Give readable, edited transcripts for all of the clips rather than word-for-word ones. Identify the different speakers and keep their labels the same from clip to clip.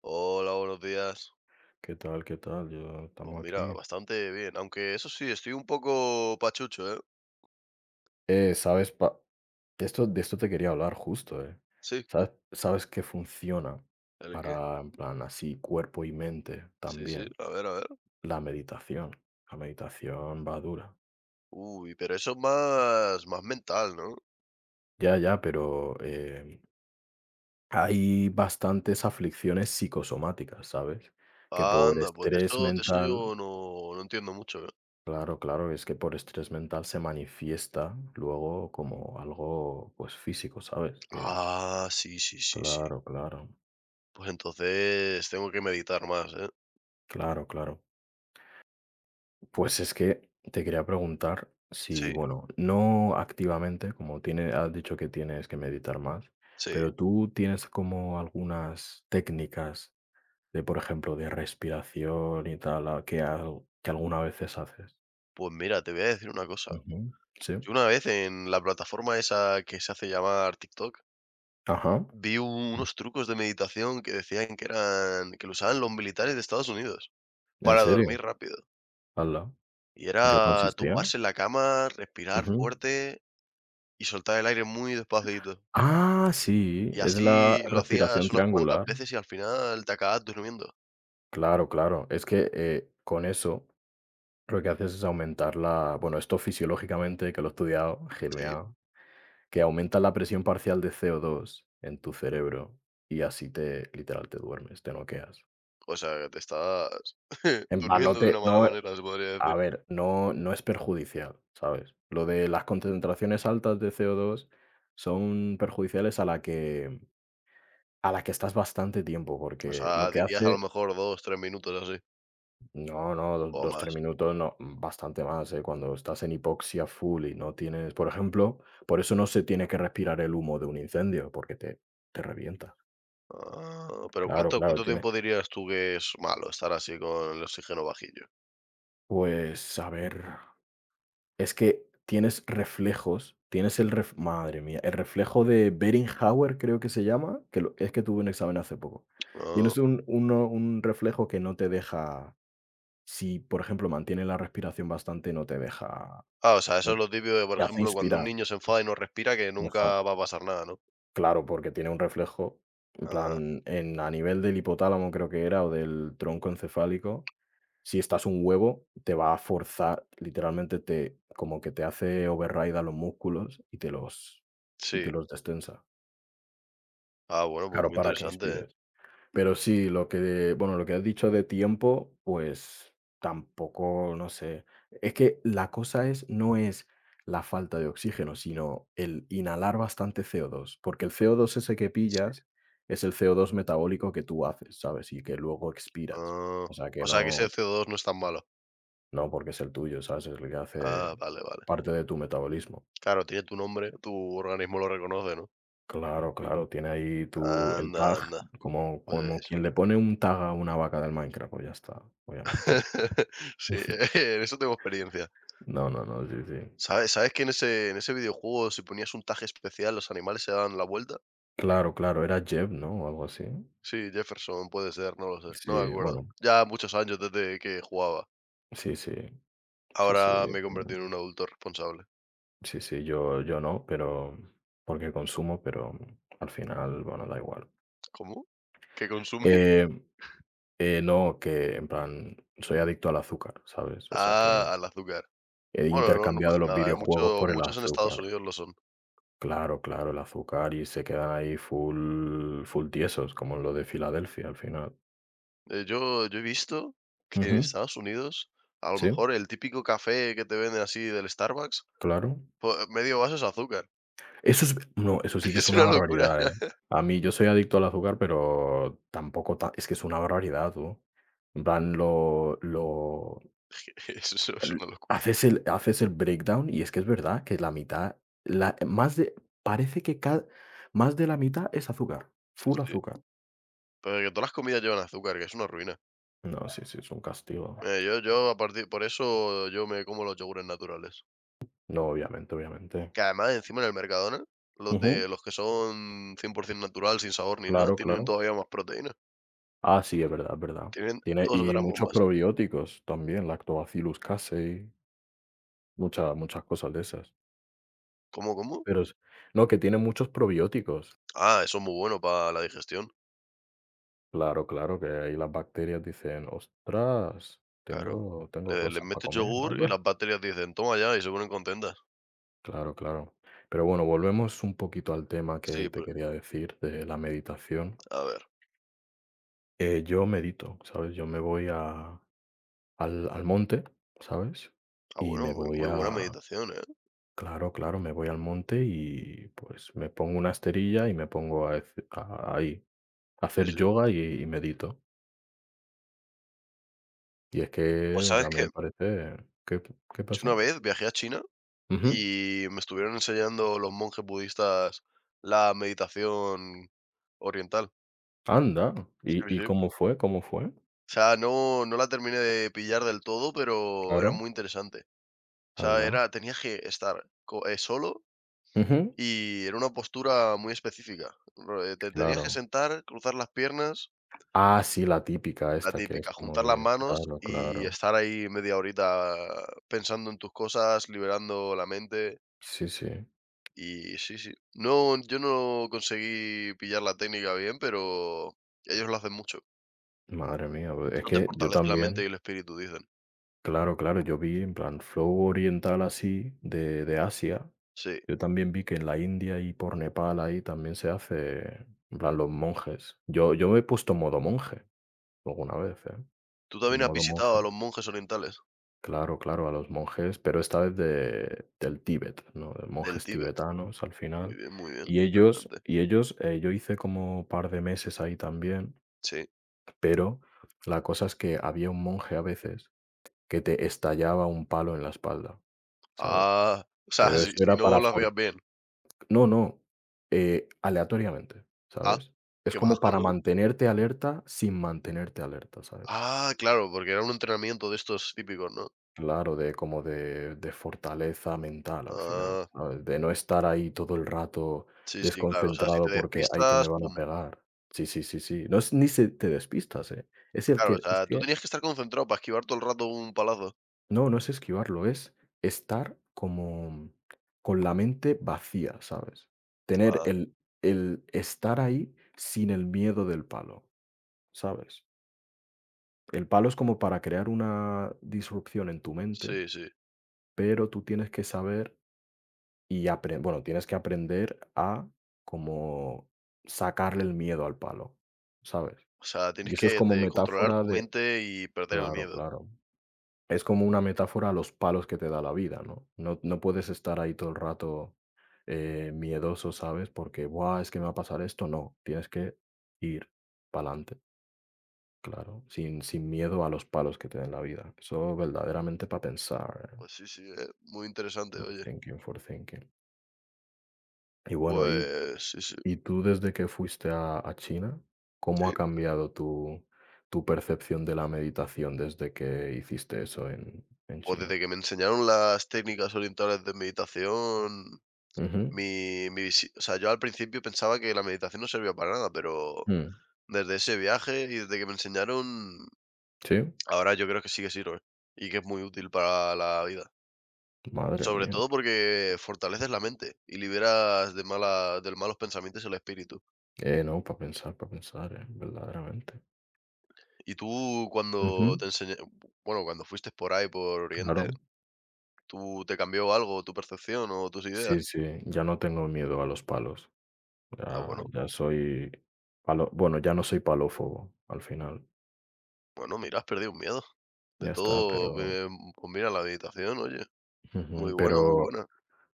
Speaker 1: Hola, buenos días.
Speaker 2: ¿Qué tal? ¿Qué tal? Yo
Speaker 1: Pues
Speaker 2: estamos
Speaker 1: mira,
Speaker 2: aquí.
Speaker 1: bastante bien, aunque eso sí, estoy un poco pachucho, ¿eh?
Speaker 2: ¿Sabes? De esto te quería hablar justo.
Speaker 1: Sí,
Speaker 2: ¿Sabes qué funciona
Speaker 1: ¿el qué?
Speaker 2: para, en plan, así, cuerpo y mente
Speaker 1: Sí, sí,
Speaker 2: también?
Speaker 1: a ver, a ver.
Speaker 2: La meditación. La meditación va dura.
Speaker 1: Uy, pero eso es más, más mental, ¿no?
Speaker 2: Ya, ya, pero hay bastantes aflicciones psicosomáticas, ¿sabes? Que por
Speaker 1: Anda, pues de
Speaker 2: estrés
Speaker 1: eso, de eso
Speaker 2: mental,
Speaker 1: yo no entiendo mucho, ¿eh?
Speaker 2: claro, claro, es que por estrés mental se manifiesta luego como algo, pues, físico, ¿sabes? Que,
Speaker 1: Ah, sí, sí, sí, sí.
Speaker 2: claro, claro,
Speaker 1: Pues entonces tengo que meditar más, ¿eh?
Speaker 2: claro, claro. Pues es que te quería preguntar si,
Speaker 1: Sí,
Speaker 2: bueno, no activamente, como tiene, has dicho que tienes que meditar más,
Speaker 1: sí.
Speaker 2: pero tú tienes como algunas técnicas de, por ejemplo, de respiración y tal, que alguna veces haces.
Speaker 1: Pues mira, te voy a decir una cosa.
Speaker 2: Ujú. Sí.
Speaker 1: Yo una vez en la plataforma esa que se hace llamar TikTok,
Speaker 2: Ajá.
Speaker 1: vi unos trucos de meditación que decían que eran que lo usaban los militares de Estados Unidos
Speaker 2: ¿En
Speaker 1: para
Speaker 2: serio?
Speaker 1: dormir rápido.
Speaker 2: Hala.
Speaker 1: Y
Speaker 2: ¿En qué
Speaker 1: era
Speaker 2: consistía?
Speaker 1: tumbarse en la cama, respirar
Speaker 2: Ujú.
Speaker 1: fuerte y soltar el aire muy despacito.
Speaker 2: Ah, sí,
Speaker 1: Y
Speaker 2: es la
Speaker 1: así lo
Speaker 2: respiración
Speaker 1: hacías unas cuantas
Speaker 2: triangular.
Speaker 1: veces y al final te acabas durmiendo.
Speaker 2: Claro, claro. Es que con eso lo que haces es aumentar la, bueno, esto fisiológicamente, que lo he estudiado,
Speaker 1: Sí,
Speaker 2: genial, que aumenta la presión parcial de co dos en tu cerebro y así te, literal, te duermes, te noqueas.
Speaker 1: o sea, que te estás
Speaker 2: En plan, no
Speaker 1: durmiendo de
Speaker 2: te,
Speaker 1: una mala
Speaker 2: no,
Speaker 1: manera, se podría
Speaker 2: a
Speaker 1: decir.
Speaker 2: ver, no, no es perjudicial, ¿sabes? Lo de las concentraciones altas de co dos son perjudiciales a la que estás bastante tiempo,
Speaker 1: O
Speaker 2: porque lo
Speaker 1: sea,
Speaker 2: que
Speaker 1: dirías a lo
Speaker 2: hace
Speaker 1: mejor 2 3 minutos así
Speaker 2: no, no,
Speaker 1: o
Speaker 2: dos, tres
Speaker 1: más.
Speaker 2: minutos, no, bastante más, ¿eh? Cuando estás en hipoxia full y no tienes, por ejemplo, por eso no se tiene que respirar el humo de un incendio, porque te revienta.
Speaker 1: Ah, pero
Speaker 2: Claro,
Speaker 1: ¿cuánto
Speaker 2: claro,
Speaker 1: cuánto
Speaker 2: tiene.
Speaker 1: tiempo dirías tú que es malo estar así con el oxígeno bajillo?
Speaker 2: Pues, a ver, es que tienes reflejos, tienes el ref- madre mía, el reflejo de Beringhauer, creo que se llama, que es que tuve un examen hace poco. Tienes
Speaker 1: Ah.
Speaker 2: un, un reflejo que no te deja, si por ejemplo mantiene la respiración bastante, no te deja,
Speaker 1: Ah, o sea, eso es lo típico de, por
Speaker 2: te hace
Speaker 1: ejemplo, cuando un
Speaker 2: inspirar.
Speaker 1: niño se enfada y no respira, que nunca va a pasar nada, ¿no?
Speaker 2: Claro, porque tiene un reflejo, en
Speaker 1: Ah,
Speaker 2: plan, en a nivel del hipotálamo creo que era, o del tronco encefálico, si estás un huevo, te va a forzar, literalmente te como que te hace override a los músculos y te los y te
Speaker 1: sí.
Speaker 2: los destensa,
Speaker 1: Ah, bueno, pues
Speaker 2: claro,
Speaker 1: muy
Speaker 2: para que
Speaker 1: interesante, ¿eh?
Speaker 2: inspires. Pero sí, bueno, lo que has dicho de tiempo, pues tampoco, no sé. Es que la cosa es, no es la falta de oxígeno, sino el inhalar bastante CO2, porque el CO2 ese que
Speaker 1: Sí.
Speaker 2: pillas es el CO2 metabólico que tú haces, ¿sabes? Y que luego expiras.
Speaker 1: Ah,
Speaker 2: O sea, que
Speaker 1: o sea, que
Speaker 2: no,
Speaker 1: ese CO2 no es tan malo.
Speaker 2: no porque es el tuyo, ¿sabes? Es el que hace
Speaker 1: Ah, vale, vale.
Speaker 2: parte de tu metabolismo.
Speaker 1: Claro, tiene tu nombre, tu organismo lo reconoce, ¿no?
Speaker 2: Claro, claro, tiene ahí tu, el
Speaker 1: Anda,
Speaker 2: tag,
Speaker 1: anda.
Speaker 2: como
Speaker 1: Pues
Speaker 2: quien le pone un tag a una vaca del Minecraft, pues ya está, obviamente.
Speaker 1: sí, en eso tengo experiencia.
Speaker 2: No, no, no, sí, sí.
Speaker 1: ¿Sabes que en ese videojuego, si ponías un taje especial, los animales se daban la vuelta?
Speaker 2: Claro, claro, era Jeb, ¿no? O algo así.
Speaker 1: Sí, Jefferson puede ser, no lo sé, no me
Speaker 2: Sí,
Speaker 1: acuerdo.
Speaker 2: bueno,
Speaker 1: Ya muchos años desde que jugaba.
Speaker 2: sí, sí, sí, sí,
Speaker 1: Ahora me he
Speaker 2: pero-
Speaker 1: convertido en un adulto responsable.
Speaker 2: sí, sí, yo no, pero porque consumo, pero al final, bueno, da igual.
Speaker 1: ¿Cómo? ¿Qué consumes?
Speaker 2: Eh, no, que en plan, soy adicto al azúcar, ¿sabes? O sea que
Speaker 1: Ah, al azúcar.
Speaker 2: he
Speaker 1: Bueno, no, no
Speaker 2: intercambiado
Speaker 1: pasa
Speaker 2: los
Speaker 1: nada,
Speaker 2: videojuegos
Speaker 1: mucho
Speaker 2: por el
Speaker 1: muchos en Estados
Speaker 2: azúcar.
Speaker 1: Unidos lo son.
Speaker 2: Claro, claro, el azúcar y se quedan ahí full, full tiesos, como lo de Filadelfia al final.
Speaker 1: Yo he visto que en
Speaker 2: Ujú.
Speaker 1: Estados Unidos, a lo
Speaker 2: Sí,
Speaker 1: mejor el típico café que te venden así del Starbucks,
Speaker 2: claro.
Speaker 1: po medio vaso es azúcar.
Speaker 2: Eso es no, eso sí que es
Speaker 1: Es
Speaker 2: una
Speaker 1: una locura.
Speaker 2: barbaridad, ¿eh? A mí yo soy adicto al azúcar, pero tampoco ta es que es una barbaridad, tú. En plan, lo
Speaker 1: Eso
Speaker 2: l
Speaker 1: es una locura.
Speaker 2: haces el breakdown y es que es verdad que la mitad, la más de parece que cada más de la mitad es azúcar,
Speaker 1: Sí,
Speaker 2: full
Speaker 1: sí.
Speaker 2: azúcar.
Speaker 1: Pero que todas las comidas llevan azúcar, que es una ruina.
Speaker 2: No, sí, sí, es un castigo.
Speaker 1: Yo a partir por eso yo me como los yogures naturales.
Speaker 2: No, obviamente, obviamente.
Speaker 1: Que además encima en el Mercadona, los
Speaker 2: Ujú.
Speaker 1: de los que son 100% natural, sin sabor ni nada,
Speaker 2: Claro,
Speaker 1: tienen
Speaker 2: claro.
Speaker 1: todavía más proteína.
Speaker 2: Ah, sí, es verdad, es verdad.
Speaker 1: Tienen
Speaker 2: Tiene
Speaker 1: 2
Speaker 2: y
Speaker 1: gramos
Speaker 2: muchos
Speaker 1: más.
Speaker 2: probióticos también, Lactobacillus casei, muchas cosas de esas.
Speaker 1: ¿Cómo, cómo?
Speaker 2: Pero s no, que tiene muchos probióticos.
Speaker 1: Ah, eso es muy bueno para la digestión.
Speaker 2: Claro, claro, que ahí las bacterias dicen: "Ostras,
Speaker 1: Claro.
Speaker 2: tengo
Speaker 1: Le
Speaker 2: tengo
Speaker 1: les
Speaker 2: cosas para
Speaker 1: metes
Speaker 2: comer".
Speaker 1: yogur y las bacterias dicen: "Toma ya", y se ponen contentas.
Speaker 2: Claro, claro. Pero bueno, volvemos un poquito al tema que
Speaker 1: Sí,
Speaker 2: te
Speaker 1: pero
Speaker 2: quería decir de la meditación.
Speaker 1: a ver.
Speaker 2: Yo medito, ¿sabes? Yo me voy a al al monte, ¿sabes?
Speaker 1: Ah,
Speaker 2: Y
Speaker 1: bueno,
Speaker 2: me
Speaker 1: muy
Speaker 2: voy
Speaker 1: muy buena
Speaker 2: a
Speaker 1: meditación, ¿eh?
Speaker 2: claro, claro, me voy al monte y, pues, me pongo una esterilla y me pongo a ahí, a
Speaker 1: Sí,
Speaker 2: hacer
Speaker 1: sí.
Speaker 2: yoga y medito. Y es
Speaker 1: Pues,
Speaker 2: que
Speaker 1: ¿sabes
Speaker 2: ya me
Speaker 1: que
Speaker 2: parece ¿qué qué
Speaker 1: yo
Speaker 2: pasa?
Speaker 1: una vez viajé a China
Speaker 2: Ujú.
Speaker 1: y me estuvieron enseñando los monjes budistas la meditación oriental?
Speaker 2: Anda,
Speaker 1: Sí,
Speaker 2: ¿y
Speaker 1: sí.
Speaker 2: cómo fue? ¿Cómo fue?
Speaker 1: O sea, no la terminé de pillar del todo, pero era
Speaker 2: Claro,
Speaker 1: muy interesante. O sea,
Speaker 2: ala.
Speaker 1: era, tenías que estar solo
Speaker 2: Ujú,
Speaker 1: y era una postura muy específica. Te tenías que
Speaker 2: claro.
Speaker 1: sentar, cruzar las piernas,
Speaker 2: Ah, sí, la típica
Speaker 1: la
Speaker 2: esta que es
Speaker 1: típica,
Speaker 2: como
Speaker 1: juntar las
Speaker 2: de
Speaker 1: manos
Speaker 2: claro,
Speaker 1: y
Speaker 2: claro.
Speaker 1: estar ahí media horita pensando en tus cosas, liberando la mente.
Speaker 2: Sí, sí.
Speaker 1: Y sí, sí. No, yo no conseguí pillar la técnica bien, pero ellos lo hacen mucho.
Speaker 2: Madre mía, pues, es
Speaker 1: Eso te
Speaker 2: que yo
Speaker 1: fortalece la
Speaker 2: también
Speaker 1: mente y el espíritu, dicen.
Speaker 2: claro, claro, yo vi en plan flow oriental así de Asia.
Speaker 1: Sí.
Speaker 2: Yo también vi que en la India y por Nepal ahí también se hace en plan los monjes. Yo me he puesto modo monje alguna vez, ¿eh?
Speaker 1: ¿Tú
Speaker 2: El
Speaker 1: también has
Speaker 2: modo monje.
Speaker 1: visitado a los monjes orientales?
Speaker 2: Claro, claro, a los monjes, pero esta vez de del Tíbet, ¿no? De
Speaker 1: Del
Speaker 2: monjes
Speaker 1: Tíbet.
Speaker 2: tibetanos al
Speaker 1: Muy
Speaker 2: final.
Speaker 1: bien, muy bien, muy interesante.
Speaker 2: Y ellos, yo hice como par de meses ahí también,
Speaker 1: Sí.
Speaker 2: pero la cosa es que había un monje a veces que te estallaba un palo en la espalda, ¿sabes?
Speaker 1: Ah, o sea,
Speaker 2: Pero
Speaker 1: si
Speaker 2: eso
Speaker 1: si
Speaker 2: era
Speaker 1: no
Speaker 2: para
Speaker 1: las
Speaker 2: for
Speaker 1: veías bien.
Speaker 2: no, no, aleatoriamente,
Speaker 1: Ah,
Speaker 2: ¿sabes? Es
Speaker 1: qué
Speaker 2: como
Speaker 1: bajo,
Speaker 2: para
Speaker 1: ¿no?
Speaker 2: mantenerte alerta sin mantenerte alerta, ¿sabes?
Speaker 1: Ah, claro, porque era un entrenamiento de estos típicos, ¿no?
Speaker 2: Claro, de como de fortaleza mental al final,
Speaker 1: Ah,
Speaker 2: ¿sabes? De no estar ahí todo el rato
Speaker 1: sí, sí, claro, o sea, si te
Speaker 2: desconcentrado porque: hay que me
Speaker 1: despistas,
Speaker 2: van a
Speaker 1: pum.
Speaker 2: pegar". Sí, sí, sí, sí. No es ni se te despistas, ¿eh? Es el
Speaker 1: Claro, o
Speaker 2: que es
Speaker 1: sea, tú
Speaker 2: que
Speaker 1: tenías que estar concentrado para esquivar todo el rato un palazo.
Speaker 2: no, no es esquivarlo, es estar como con la mente vacía, ¿sabes? Tener
Speaker 1: Ah,
Speaker 2: el estar ahí sin el miedo del palo, ¿sabes? El palo es como para crear una disrupción en tu mente,
Speaker 1: sí, sí.
Speaker 2: pero tú tienes que saber Y apre bueno, tienes que aprender a como sacarle el miedo al palo, ¿sabes?
Speaker 1: O sea,
Speaker 2: Y
Speaker 1: tienes
Speaker 2: eso es
Speaker 1: que,
Speaker 2: como
Speaker 1: controlar
Speaker 2: metáfora
Speaker 1: tu
Speaker 2: de
Speaker 1: mente y perder el
Speaker 2: claro,
Speaker 1: miedo.
Speaker 2: claro. Es como una metáfora a los palos que te da la vida, ¿no? No puedes estar ahí todo el rato, miedoso, ¿sabes? Porque, buah, es que me va a pasar esto. No, tienes que ir pa'lante, claro, sin miedo a los palos que te den la vida. Eso verdaderamente para pensar, ¿eh?
Speaker 1: Pues sí, sí, muy interesante, oye.
Speaker 2: Overthinking, forethinking. Y bueno, y
Speaker 1: Pues sí, sí,
Speaker 2: ¿Y tú desde que fuiste a China, cómo ha
Speaker 1: sí.
Speaker 2: cambiado tu percepción de la meditación desde que hiciste eso en
Speaker 1: Pues
Speaker 2: China?
Speaker 1: desde que me enseñaron las técnicas orientales de meditación,
Speaker 2: Ujú,
Speaker 1: Mi mi visi o sea, yo al principio pensaba que la meditación no servía para nada, pero
Speaker 2: mm,
Speaker 1: desde ese viaje y desde que me enseñaron,
Speaker 2: sí,
Speaker 1: ahora yo creo que sí que sirve y que es muy útil para la vida.
Speaker 2: madre
Speaker 1: Sobre
Speaker 2: mía.
Speaker 1: todo porque fortaleces la mente y liberas de malos pensamientos el espíritu.
Speaker 2: No, para pensar, verdaderamente.
Speaker 1: Y tú cuando
Speaker 2: Ujú.
Speaker 1: te enseña bueno, cuando fuiste por ahí, por Oriente,
Speaker 2: Claro.
Speaker 1: ¿tú te cambió algo tu percepción o tus ideas?
Speaker 2: Sí, sí, ya no tengo miedo a los palos.
Speaker 1: Ah,
Speaker 2: Ya,
Speaker 1: bueno,
Speaker 2: ya soy palo, bueno, ya no soy palófobo al final.
Speaker 1: bueno, mira, has perdido un miedo. De
Speaker 2: Ya está,
Speaker 1: todo,
Speaker 2: pero,
Speaker 1: pues mira, la meditación, oye, muy
Speaker 2: ujú,
Speaker 1: buena, muy
Speaker 2: pero
Speaker 1: buena.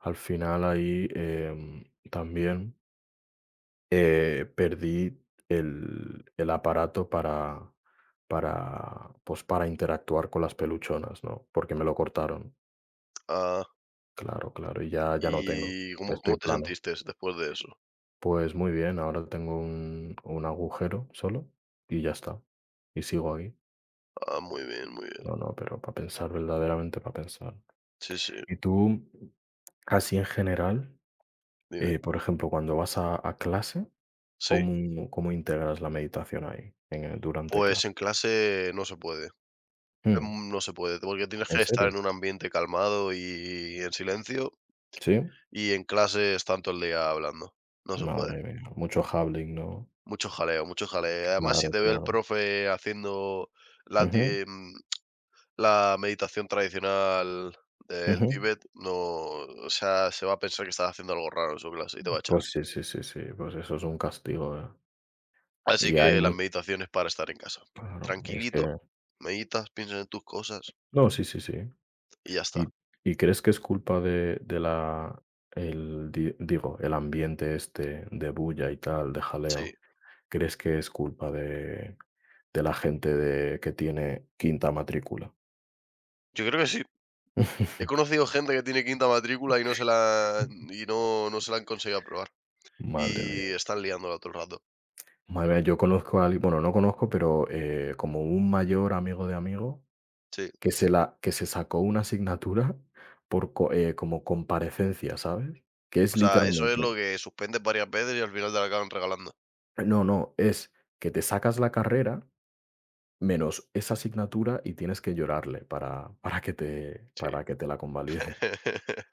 Speaker 2: al final ahí también. Perdí el aparato para, pues, para interactuar con las peluchonas, ¿no? Porque me lo cortaron.
Speaker 1: Ah.
Speaker 2: Claro, claro, y ya no tengo.
Speaker 1: ¿Y cómo
Speaker 2: Estoy
Speaker 1: cómo te
Speaker 2: plano.
Speaker 1: sentiste después de eso?
Speaker 2: Pues muy bien, ahora tengo un agujero solo y ya está. Y sigo ahí.
Speaker 1: Ah, muy bien, muy bien.
Speaker 2: No, no, pero para pensar, verdaderamente para pensar.
Speaker 1: Sí, sí,
Speaker 2: ¿Y tú, así en general,
Speaker 1: dime.
Speaker 2: por ejemplo, cuando vas a clase,
Speaker 1: Sí,
Speaker 2: cómo integras la meditación ahí, durante
Speaker 1: pues
Speaker 2: clase?
Speaker 1: en clase no se puede,
Speaker 2: Mm,
Speaker 1: no se puede, porque tienes
Speaker 2: ¿en
Speaker 1: que estar
Speaker 2: serio?
Speaker 1: en un ambiente calmado y en silencio,
Speaker 2: ¿Sí?
Speaker 1: y en clase están todo el día hablando. No se puede.
Speaker 2: Madre mía, mucho jabbling, ¿no?
Speaker 1: Mucho jaleo, mucho jaleo. Además, si
Speaker 2: Claro,
Speaker 1: te ve el
Speaker 2: claro.
Speaker 1: profe haciendo la ti
Speaker 2: Ujú,
Speaker 1: em, la meditación tradicional del
Speaker 2: ujú.
Speaker 1: Tíbet, no, o sea, se va a pensar que estás haciendo algo raro en su clase y te va a echar.
Speaker 2: Pues sí, sí, sí, sí, pues eso es un castigo, ¿eh?
Speaker 1: Así
Speaker 2: Y hay
Speaker 1: que las
Speaker 2: mucho,
Speaker 1: meditaciones para estar en casa.
Speaker 2: claro, y es que
Speaker 1: Tranquilito, meditas, piensas en tus cosas
Speaker 2: no, sí, sí, sí.
Speaker 1: y ya
Speaker 2: ¿Y
Speaker 1: está.
Speaker 2: y crees que es culpa de la el di digo, el ambiente este de bulla y tal, de
Speaker 1: Sí,
Speaker 2: jaleo? ¿Crees que es culpa de la gente de que tiene quinta matrícula?
Speaker 1: yo creo que sí. He conocido gente que tiene quinta matrícula y no se la han conseguido aprobar.
Speaker 2: Madre mía.
Speaker 1: Y están liándola todo el rato.
Speaker 2: A ver, yo conozco a alguien, bueno, no conozco, pero como un mayor amigo de amigo
Speaker 1: Sí.
Speaker 2: que se sacó una asignatura por como comparecencia, ¿sabes? Que es
Speaker 1: O sea, eso es
Speaker 2: literalmente,
Speaker 1: lo que suspendes varias veces y al final te la acaban regalando.
Speaker 2: no, no, es que te sacas la carrera menos esa asignatura y tienes que llorarle para, para que te,
Speaker 1: Sí.
Speaker 2: para que te la convalide.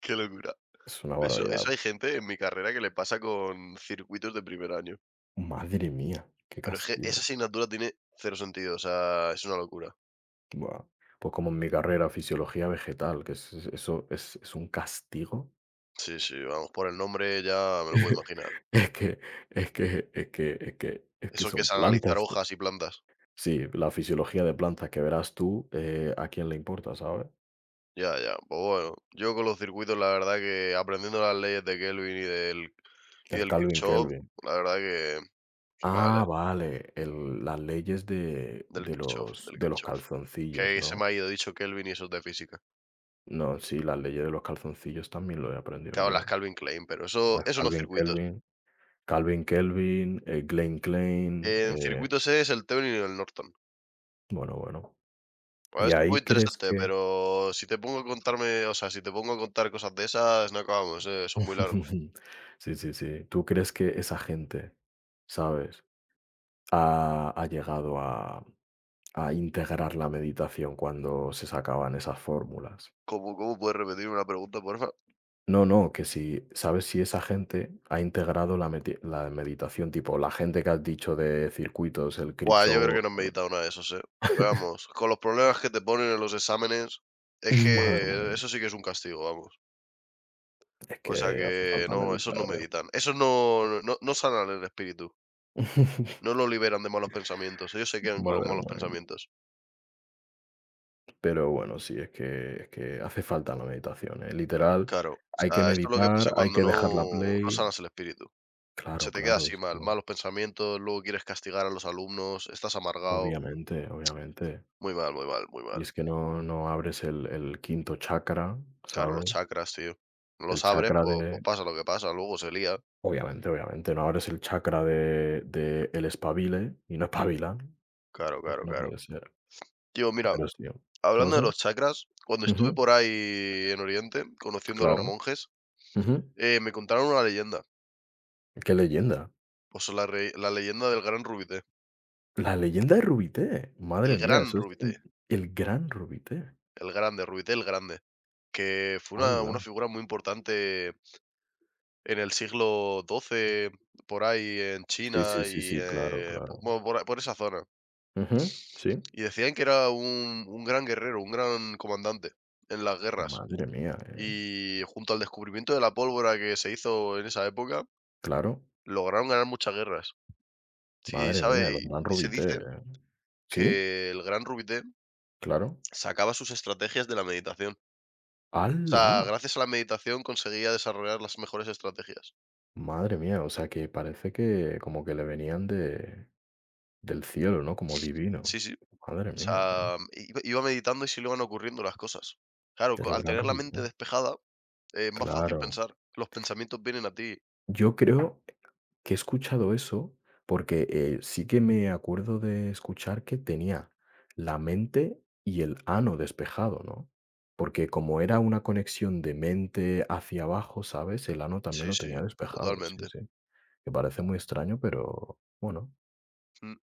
Speaker 1: Qué locura.
Speaker 2: Es una
Speaker 1: Eso,
Speaker 2: barbaridad.
Speaker 1: eso hay gente en mi carrera que le pasa con circuitos de primer año.
Speaker 2: Madre mía, qué
Speaker 1: Pero es que esa
Speaker 2: castigo.
Speaker 1: asignatura tiene cero sentido. O sea, es una locura.
Speaker 2: Buah. Pues como en mi carrera, fisiología vegetal, eso es un castigo.
Speaker 1: Sí, sí, vamos, por el nombre ya me lo puedo imaginar.
Speaker 2: Es que es que es que es que es que
Speaker 1: Eso que
Speaker 2: son
Speaker 1: es analizar
Speaker 2: plantas. ¿No?
Speaker 1: hojas y plantas.
Speaker 2: Sí, la fisiología de plantas que verás tú, a quién le importa, ¿sabes?
Speaker 1: Ya, ya. Pues bueno, yo con los circuitos, la verdad que aprendiendo las leyes de Kelvin y del, y
Speaker 2: El
Speaker 1: del
Speaker 2: Calvin
Speaker 1: Kirchhoff,
Speaker 2: Kelvin.
Speaker 1: la verdad que, qué mal,
Speaker 2: Ah,
Speaker 1: ¿eh?
Speaker 2: vale, el las leyes de
Speaker 1: Del
Speaker 2: de
Speaker 1: Kirchhoff,
Speaker 2: los
Speaker 1: del
Speaker 2: de los
Speaker 1: Kirchhoff.
Speaker 2: calzoncillos,
Speaker 1: Que se
Speaker 2: ¿no?
Speaker 1: me ha ido dicho Kelvin y eso es de física.
Speaker 2: No, sí, las leyes de los calzoncillos también lo he aprendido
Speaker 1: Claro, las
Speaker 2: yo.
Speaker 1: Calvin Klein, pero eso,
Speaker 2: Al
Speaker 1: eso no es
Speaker 2: Calvin
Speaker 1: circuitos.
Speaker 2: Kelvin, Calvin Kelvin, Glenn Klein,
Speaker 1: En circuitos es el Thevenin y el Norton.
Speaker 2: bueno, bueno.
Speaker 1: Pues
Speaker 2: ¿Y
Speaker 1: esto es
Speaker 2: ahí
Speaker 1: muy
Speaker 2: crees
Speaker 1: interesante,
Speaker 2: que?
Speaker 1: pero si te pongo a contarme, o sea, si te pongo a contar cosas de esas, no acabamos. Son muy largos.
Speaker 2: Sí, sí, sí. ¿Tú crees que esa gente, sabes? ha llegado a integrar la meditación cuando se sacaban esas fórmulas.
Speaker 1: ¿Cómo puedes repetir una pregunta, porfa?
Speaker 2: No, no, que si, ¿sabes si esa gente ha integrado la meditación? Tipo, la gente que has dicho de circuitos, el
Speaker 1: Buah, yo creo que
Speaker 2: Cricho.
Speaker 1: no he meditado nada de eso, ¿eh? Vamos, con los problemas que te ponen en los exámenes, es
Speaker 2: Madre
Speaker 1: que
Speaker 2: mía,
Speaker 1: eso sí que es un castigo, vamos.
Speaker 2: es
Speaker 1: O sea
Speaker 2: que hace
Speaker 1: que
Speaker 2: falta
Speaker 1: no, esos
Speaker 2: meditar.
Speaker 1: no meditan. Esos no sanan el espíritu.
Speaker 2: eh.
Speaker 1: No lo liberan de malos pensamientos. Ellos se quedan con los
Speaker 2: Madre
Speaker 1: malos
Speaker 2: mía.
Speaker 1: pensamientos.
Speaker 2: Pero bueno, sí, es que hace falta la meditación. Literal,
Speaker 1: Claro. O
Speaker 2: hay que
Speaker 1: sea, esto es lo que
Speaker 2: meditar,
Speaker 1: pasa
Speaker 2: hay
Speaker 1: cuando
Speaker 2: que dejar la
Speaker 1: no
Speaker 2: play.
Speaker 1: sanas el espíritu. Se
Speaker 2: Claro,
Speaker 1: te queda
Speaker 2: claro,
Speaker 1: así
Speaker 2: es que,
Speaker 1: mal.
Speaker 2: no.
Speaker 1: Malos pensamientos, luego quieres castigar a los alumnos, estás amargado.
Speaker 2: Obviamente, obviamente.
Speaker 1: Muy mal, muy mal, muy
Speaker 2: Y
Speaker 1: mal.
Speaker 2: es que no abres el quinto chakra,
Speaker 1: Claro, los
Speaker 2: ¿sabes?
Speaker 1: chakras, tío. No
Speaker 2: El
Speaker 1: los abres,
Speaker 2: chakra de
Speaker 1: pues pasa lo que pasa, luego se lía.
Speaker 2: obviamente, obviamente, no abres el chakra de el espabile y no espabilan,
Speaker 1: Claro,
Speaker 2: es
Speaker 1: claro,
Speaker 2: que no
Speaker 1: claro.
Speaker 2: puede ser.
Speaker 1: Tío, mira,
Speaker 2: Pero sí ¿qué
Speaker 1: hablando de
Speaker 2: pasa?
Speaker 1: los chakras, cuando estuve
Speaker 2: Ujú,
Speaker 1: por ahí en Oriente, conociendo a los
Speaker 2: claro,
Speaker 1: monjes,
Speaker 2: ujú.
Speaker 1: me contaron una leyenda.
Speaker 2: Qué leyenda,
Speaker 1: Pues la leyenda del gran Rubité.
Speaker 2: la leyenda de Rubité, madre
Speaker 1: El
Speaker 2: mía,
Speaker 1: gran
Speaker 2: eso es
Speaker 1: Rubité.
Speaker 2: in el gran Rubité.
Speaker 1: El grande, Rubité el grande. Que fue una,
Speaker 2: Hala.
Speaker 1: una figura muy importante en el siglo XII, por ahí en
Speaker 2: Sí,
Speaker 1: China
Speaker 2: sí, sí,
Speaker 1: y
Speaker 2: sí, claro, claro.
Speaker 1: bueno, por esa zona.
Speaker 2: Ujú, sí.
Speaker 1: Y decían que era un gran guerrero, un gran comandante en las guerras.
Speaker 2: Madre mía,
Speaker 1: Y junto al descubrimiento de la pólvora que se hizo en esa época,
Speaker 2: claro,
Speaker 1: lograron ganar muchas guerras. Sí,
Speaker 2: madre mía, el
Speaker 1: sabe,
Speaker 2: gran
Speaker 1: y se
Speaker 2: Rubité.
Speaker 1: dice
Speaker 2: Sí,
Speaker 1: que el gran Rubité
Speaker 2: claro.
Speaker 1: sacaba sus estrategias de la meditación. O sea,
Speaker 2: ¡Hala!
Speaker 1: gracias a la meditación conseguía desarrollar las mejores estrategias.
Speaker 2: Madre mía, o sea que parece que como que le venían de del cielo, ¿no? Como divino.
Speaker 1: Sí, sí.
Speaker 2: Madre
Speaker 1: O
Speaker 2: mía, ¿eh?
Speaker 1: sea, iba meditando y se le iban ocurriendo las cosas. Claro,
Speaker 2: De la
Speaker 1: al
Speaker 2: gran
Speaker 1: tener la mente
Speaker 2: religión.
Speaker 1: despejada, es más fácil
Speaker 2: Claro.
Speaker 1: pensar. Los pensamientos vienen a ti.
Speaker 2: Yo creo que he escuchado eso porque, sí que me acuerdo de escuchar que tenía la mente y el ano despejado, ¿no? Porque como era una conexión de mente hacia abajo, ¿sabes? El ano también
Speaker 1: Sí,
Speaker 2: lo
Speaker 1: sí,
Speaker 2: tenía despejado, sí,
Speaker 1: totalmente.
Speaker 2: sí. Me parece muy extraño, pero bueno.
Speaker 1: Mm.